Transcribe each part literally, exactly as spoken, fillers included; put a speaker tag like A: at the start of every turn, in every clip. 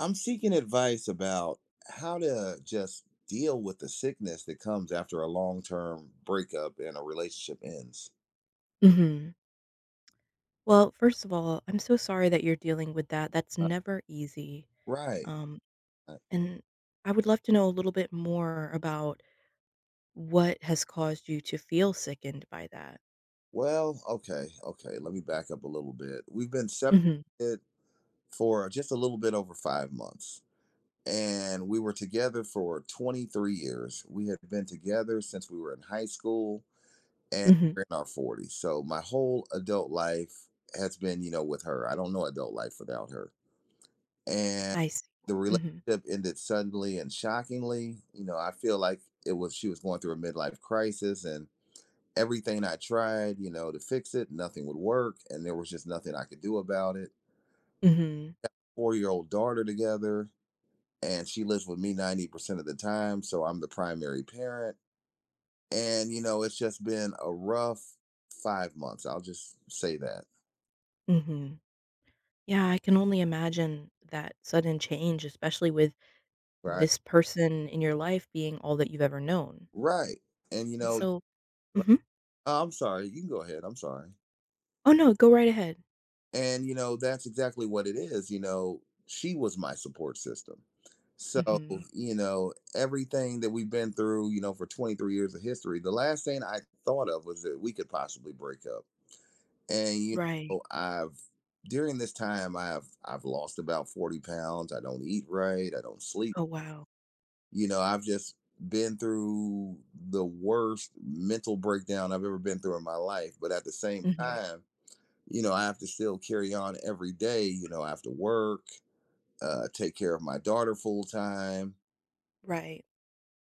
A: I'm seeking advice about how to just deal with the sickness that comes after a long term breakup and a relationship ends.
B: Mhm. Well, first of all, I'm so sorry that you're dealing with that, that's
A: Uh,
B: never easy,
A: Right.
B: um,
A: Uh,
B: and I would love to know a little bit more about what has caused you to feel sickened by that.
A: Well, okay, okay. Let me back up a little bit. We've been
B: Mhm,
A: separated for just a little bit over five months, and we were together for twenty-three years. We had been together since we were in high school and
B: mhm,
A: we're in our forties. So my whole adult life has been, you know, with her. I don't know adult life without her, and
B: I see.
A: the
B: Mhm,
A: relationship ended suddenly and shockingly. You know, I feel like it was she was going through a midlife crisis, and everything I tried, you know, to fix it, nothing would work, and there was just nothing I could do about it.
B: mhm,
A: Four year old daughter together, and she lives with me ninety percent of the time, so I'm the primary parent. And, you know, it's just been a rough five months. I'll just say that.
B: mhm. Yeah, I can only imagine that sudden change, especially with
A: Right.
B: this person in your life being all that you've ever known,
A: Right. And, you
B: and
A: know,
B: so
A: right-
B: Mhm.
A: I'm sorry. You can go ahead. I'm sorry.
B: Oh, no, go right ahead.
A: And, you know, that's exactly what it is. You know, she was my support system. So,
B: Mhm.
A: you know, everything that we've been through, you know, for twenty-three years of history, the last thing I thought of was that we could possibly break up. And, you
B: Right.
A: know, I've, during this time, I've, I've lost about forty pounds. I don't eat right. I don't sleep.
B: Oh, wow.
A: You know, I've just been through the worst mental breakdown I've ever been through in my life. But at the same
B: Mhm.
A: time, you know, I have to still carry on every day. You know, I have to work, uh, take care of my daughter full time,
B: Right.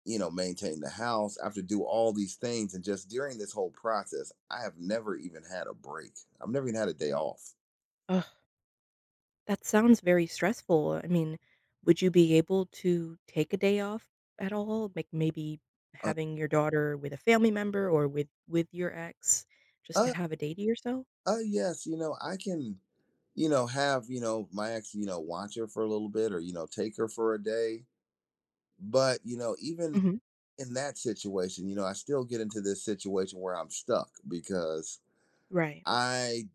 A: you know, maintain the house. I have to do all these things. And just during this whole process, I have never even had a break. I've never even had a day off.
B: Ugh. That sounds very stressful. I mean, would you be able to take a day off at all? Like maybe
A: Uh,
B: having your daughter with a family member or with with your ex just to
A: uh,
B: have a day to yourself?
A: uh yes, you know, I can, you know, have, you know, my ex, you know, watch her for a little bit or, you know, take her for a day. But, you know, even
B: Mhm.
A: in that situation, you know, I still get into this situation where I'm stuck because
B: Right.
A: I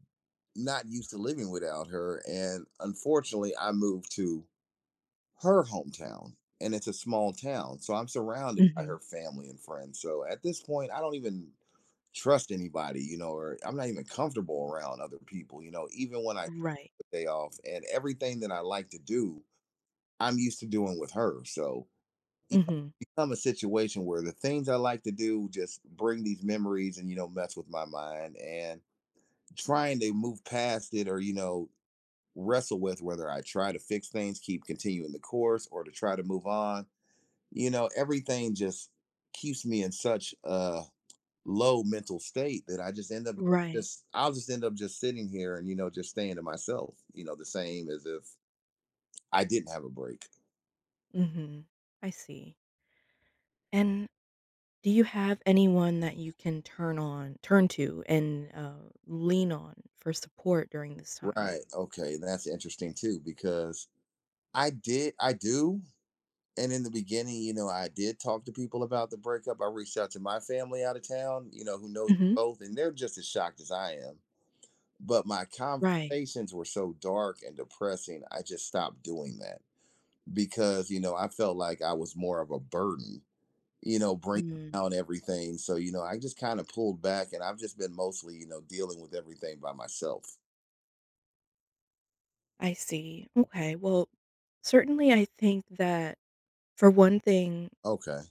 A: not used to living without her. And unfortunately, I moved to her hometown and it's a small town. So I'm surrounded by
B: Mhm.
A: her family and friends. So at this point, I don't even trust anybody, you know, or I'm not even comfortable around other people, you know, even when I do
B: Right.
A: have a day off, and everything that I like to do, I'm used to doing with her. So you know,
B: Mhm.
A: it's become a situation where the things I like to do just bring these memories and, you know, mess with my mind, and trying to move past it or, you know, wrestle with whether I try to fix things, keep continuing the course, or to try to move on. You know, everything just keeps me in such a low mental state that I just end up
B: Right.
A: just I'll just end up just sitting here, and you know just staying to myself. You know, the same as if I didn't have a break.
B: Mhm. I see. And do you have anyone that you can turn on turn to and uh, lean on for support during this time?
A: Right. Okay, that's interesting too because I did I do, and in the beginning, you know, I did talk to people about the breakup. I reached out to my family out of town, you know, who knows
B: Mhm.
A: both, and they're just as shocked as I am, but my
B: Right.
A: conversations were so dark and depressing, I just stopped doing that because you know I felt like I was more of a burden, you know bringing
B: Mm.
A: down everything, so you know I just kind of pulled back, and I've just been mostly you know dealing with everything by myself.
B: I see. Okay. Well, certainly, I think that for one thing,
A: Okay.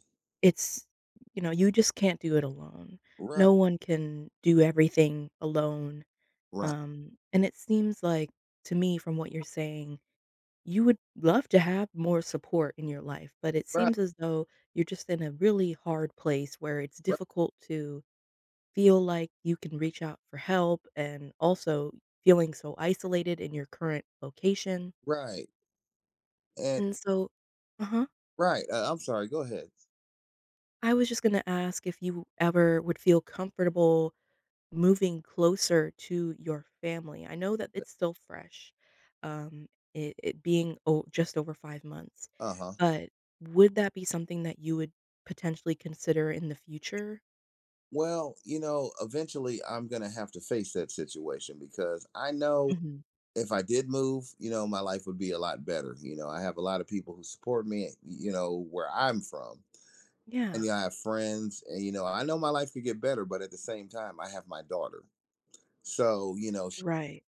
B: it's, you know, you just can't do it alone.
A: Right.
B: No one can do everything alone.
A: Right.
B: Um, and it seems like to me, from what you're saying, you would love to have more support in your life, but it
A: Right.
B: seems as though you're just in a really hard place where it's
A: Right.
B: difficult to feel like you can reach out for help and also feeling so isolated in your current location.
A: Right. And
B: And so Uh-huh.
A: right. uh, I'm sorry, go ahead.
B: I was just gonna ask if you ever would feel comfortable moving closer to your family. I know that it's still fresh, um, it it being o just over five months,
A: Uh-huh.
B: but would that be something that you would potentially consider in the future?
A: Well, you know eventually I'm gonna have to face that situation because I know
B: Mhm.
A: if I did move, you know, my life would be a lot better. You know, I have a lot of people who support me, you know, where I'm from.
B: Yeah.
A: And you know, I have friends, and you know, I know my life could get better, but at the same time, I have my daughter. So, you know, she,
B: Right.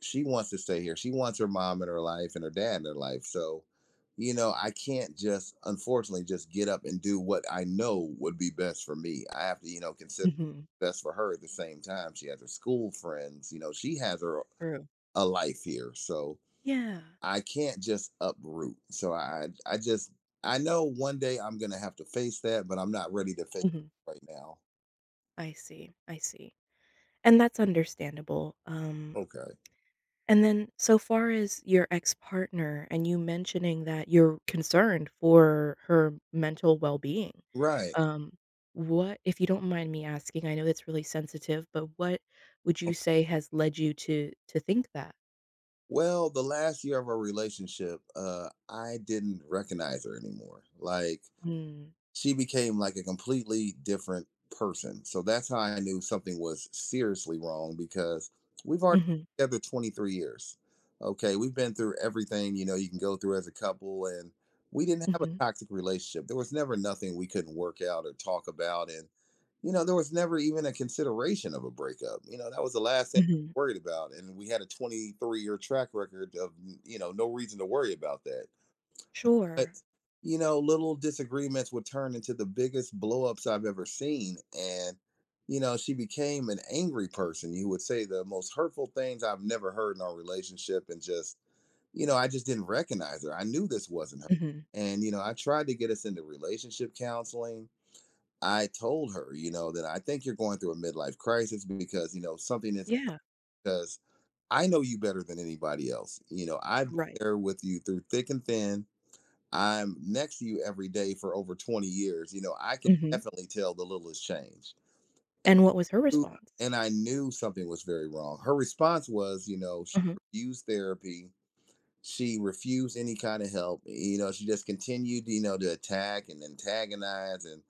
A: she wants to stay here. She wants her mom in her life and her dad in her life. So, you know, I can't just unfortunately just get up and do what I know would be best for me. I have to, you know, consider
B: Mhm.
A: best for her at the same time. She has her school friends, you know, she has her
B: True.
A: a life here. So,
B: Yeah.
A: I can't just uproot. So I I just I know one day I'm gonna have to face that, but I'm not ready to face
B: Mhm.
A: it right now.
B: I see, I see. And that's understandable. um
A: Okay.
B: And then so far as your ex-partner and you mentioning that you're concerned for her mental well-being,
A: Right.
B: um, what if you don't mind me asking, I know that's really sensitive, but what would you say has led you to to think that?
A: Well, the last year of our relationship, uh, I didn't recognize her anymore. Like
B: Mm.
A: she became like a completely different person. So that's how I knew something was seriously wrong because we've already
B: Mhm,
A: been together twenty-three years. Okay, we've been through everything, you know, you can go through as a couple, and we didn't have
B: mhm,
A: a toxic relationship. There was never nothing we couldn't work out or talk about, and you know, there was never even a consideration of a breakup. You know, that was the last thing I
B: mhm.
A: worried about, and we had a twenty-three year track record of, you know, no reason to worry about that, but
B: Sure.
A: you know, little disagreements would turn into the biggest blowups I've ever seen. And you know, she became an angry person. You would say the most hurtful things I've never heard in our relationship, and just you know, I just didn't recognize her. I knew this wasn't her.
B: Mhm.
A: And, you know, I tried to get us into relationship counseling. I told her, you know, that I think you're going through a midlife crisis because, you know, something isn't
B: Yeah,
A: because I know you better than anybody else. You know, I've been
B: right.
A: there with you through thick and thin. I'm next to you every day for over twenty years. You know, I can
B: Mhm.
A: definitely tell the littlest change.
B: And what was her response?
A: And I knew something was very wrong. Her response was, you know, she
B: Mhm.
A: refused therapy. She refused any kind of help. You know, she just continued, you know, to attack and antagonize. And,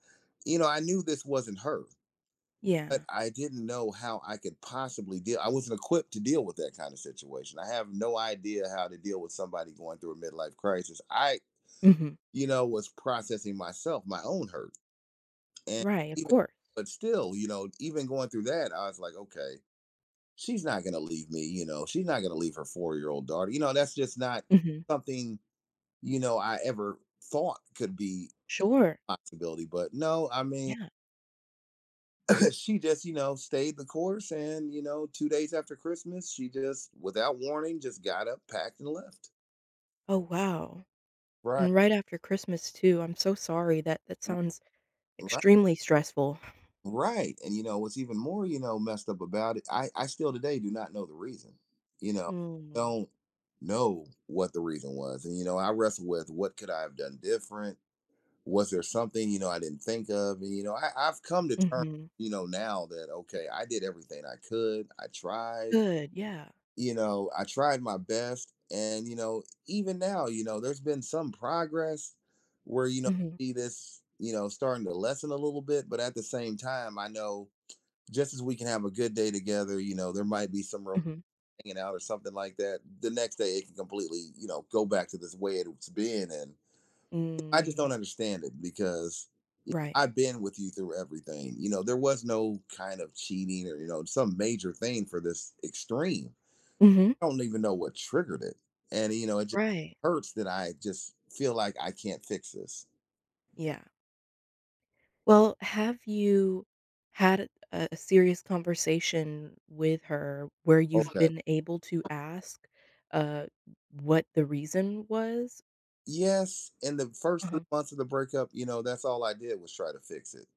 A: you know, I knew this wasn't her, but
B: Yeah.
A: I didn't know how I could possibly deal. I wasn't equipped to deal with that kind of situation. I have no idea how to deal with somebody going through a midlife crisis. I
B: Mhm.
A: you know, was processing myself, my own hurt. And
B: Right, of
A: even,
B: course.
A: but still, you know, even going through that, I was like, okay, she's not going to leave me. You know, she's not going to leave her four year old daughter. You know, that's just not
B: Mhm.
A: something, you know, I ever thought could be
B: Sure.
A: a possibility. But no, I mean,
B: Yeah.
A: she just, you know, stayed the course. And, you know, two days after Christmas, she just, without warning, just got up, packed, and left.
B: Oh, wow.
A: Right.
B: And right after Christmas too, I'm so sorry, that that sounds
A: Right.
B: extremely stressful.
A: Right. And you know, what's even more, you know, messed up about it, I, I still today do not know the reason. You know,
B: Mm,
A: don't know what the reason was. And you know, I wrestle with what could I have done different? Was there something, you know, I didn't think of? And you know, I, I've come to terms,
B: mhm.
A: you know, now that okay, I did everything I could. I tried,
B: Good, yeah.
A: you know, I tried my best. And, you know, even now, you know, there's been some progress where, you know,
B: Mhm,
A: I see this, you know, starting to lessen a little bit, but at the same time, I know just as we can have a good day together, you know, there might be some real
B: mhm.
A: hanging out or something like that. The next day, it can completely, you know, go back to this way it's been. And I just
B: Mm,
A: don't understand it because
B: right.
A: I've been with you through everything. You know, there was no kind of cheating or, you know, some major thing for this extreme.
B: Mhm,
A: I don't even know what triggered it. And, you know, it just
B: right,
A: hurts that I just feel like I can't fix this.
B: yeah. Well, have you had a a serious conversation with her where you've
A: Okay.
B: been able to ask, uh, what the reason was?
A: Yes, in the first three
B: Uh-huh,
A: months of the breakup, you know, that's all I did was try to fix it.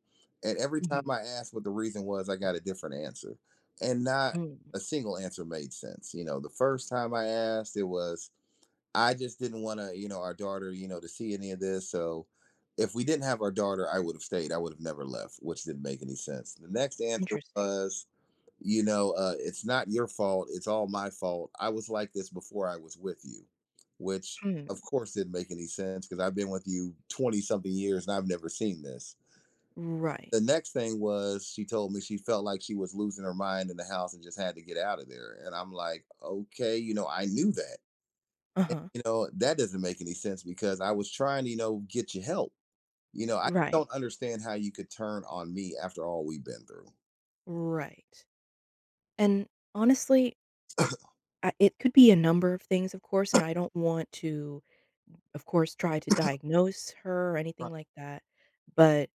A: And every time
B: mhm,
A: I asked what the reason was, I got a different answer. And not
B: mm,
A: a single answer made sense. You know, the first time I asked, it was, I just didn't want to, you know, our daughter, you know, to see any of this. So if we didn't have our daughter, I would have stayed. I would have never left, which didn't make any sense. The next answer
B: interesting.
A: was, you know uh, it's not your fault. It's all my fault. I was like this before I was with you, which
B: Hmm,
A: of course didn't make any sense because I've been with you twenty something years and I've never seen this.
B: right.
A: The next thing was she told me she felt like she was losing her mind in the house and just had to get out of there. And I'm like, okay, you know I knew that.
B: Uh-huh,
A: You know that doesn't make any sense because I was trying to you know get you help. you know I
B: right,
A: don't understand how you could turn on me after all we've been through.
B: right. And honestly, I it could be a number of things, of course, and I don't want to, of course, try to diagnose her or
A: Right.
B: anything like that. But,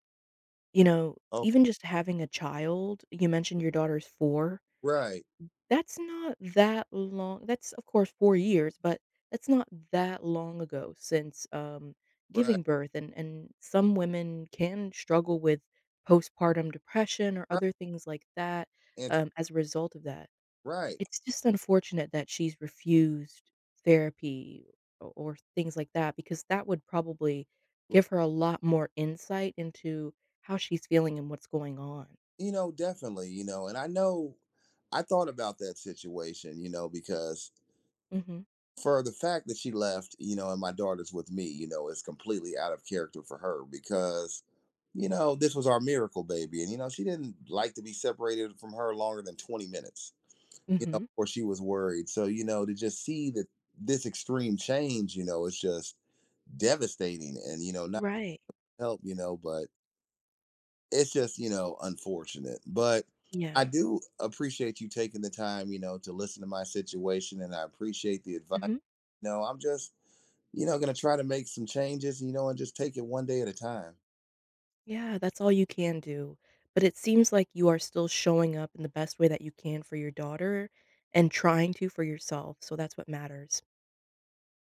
B: you know,
A: Okay.
B: even just having a child, you mentioned your daughter's four,
A: Right.
B: that's not that long that's, of course, four years, but that's not that long ago since, um,
A: Right.
B: giving birth, and and some women can struggle with postpartum depression or
A: Right.
B: other things like that, um, as a result of that.
A: Right.
B: It's just unfortunate that she's refused therapy o or things like that because that would probably
A: Right.
B: give her a lot more insight into how she's feeling and what's going on.
A: You know, definitely, you know, and I know I thought about that situation, you know, because
B: Mhm.
A: for the fact that she left, you know, and my daughter's with me, you know, is completely out of character for her because, you know, this was our miracle baby. And, you know, she didn't like to be separated from her longer than twenty minutes, you know,
B: Mhm.
A: or she was worried. So, you know, to just see that this extreme change, you know, it's just devastating, and, you know, not
B: Right.
A: help, you know, but. It's just you know unfortunate, but I
B: Yeah.
A: do appreciate you taking the time, you know to listen to my situation, and I appreciate the advice.
B: Mhm.
A: you know I'm just, you know, going to try to make some changes, you know, and just take it one day at a time.
B: Yeah, that's all you can do, but it seems like you are still showing up in the best way that you can for your daughter and trying to for yourself, so that's what matters.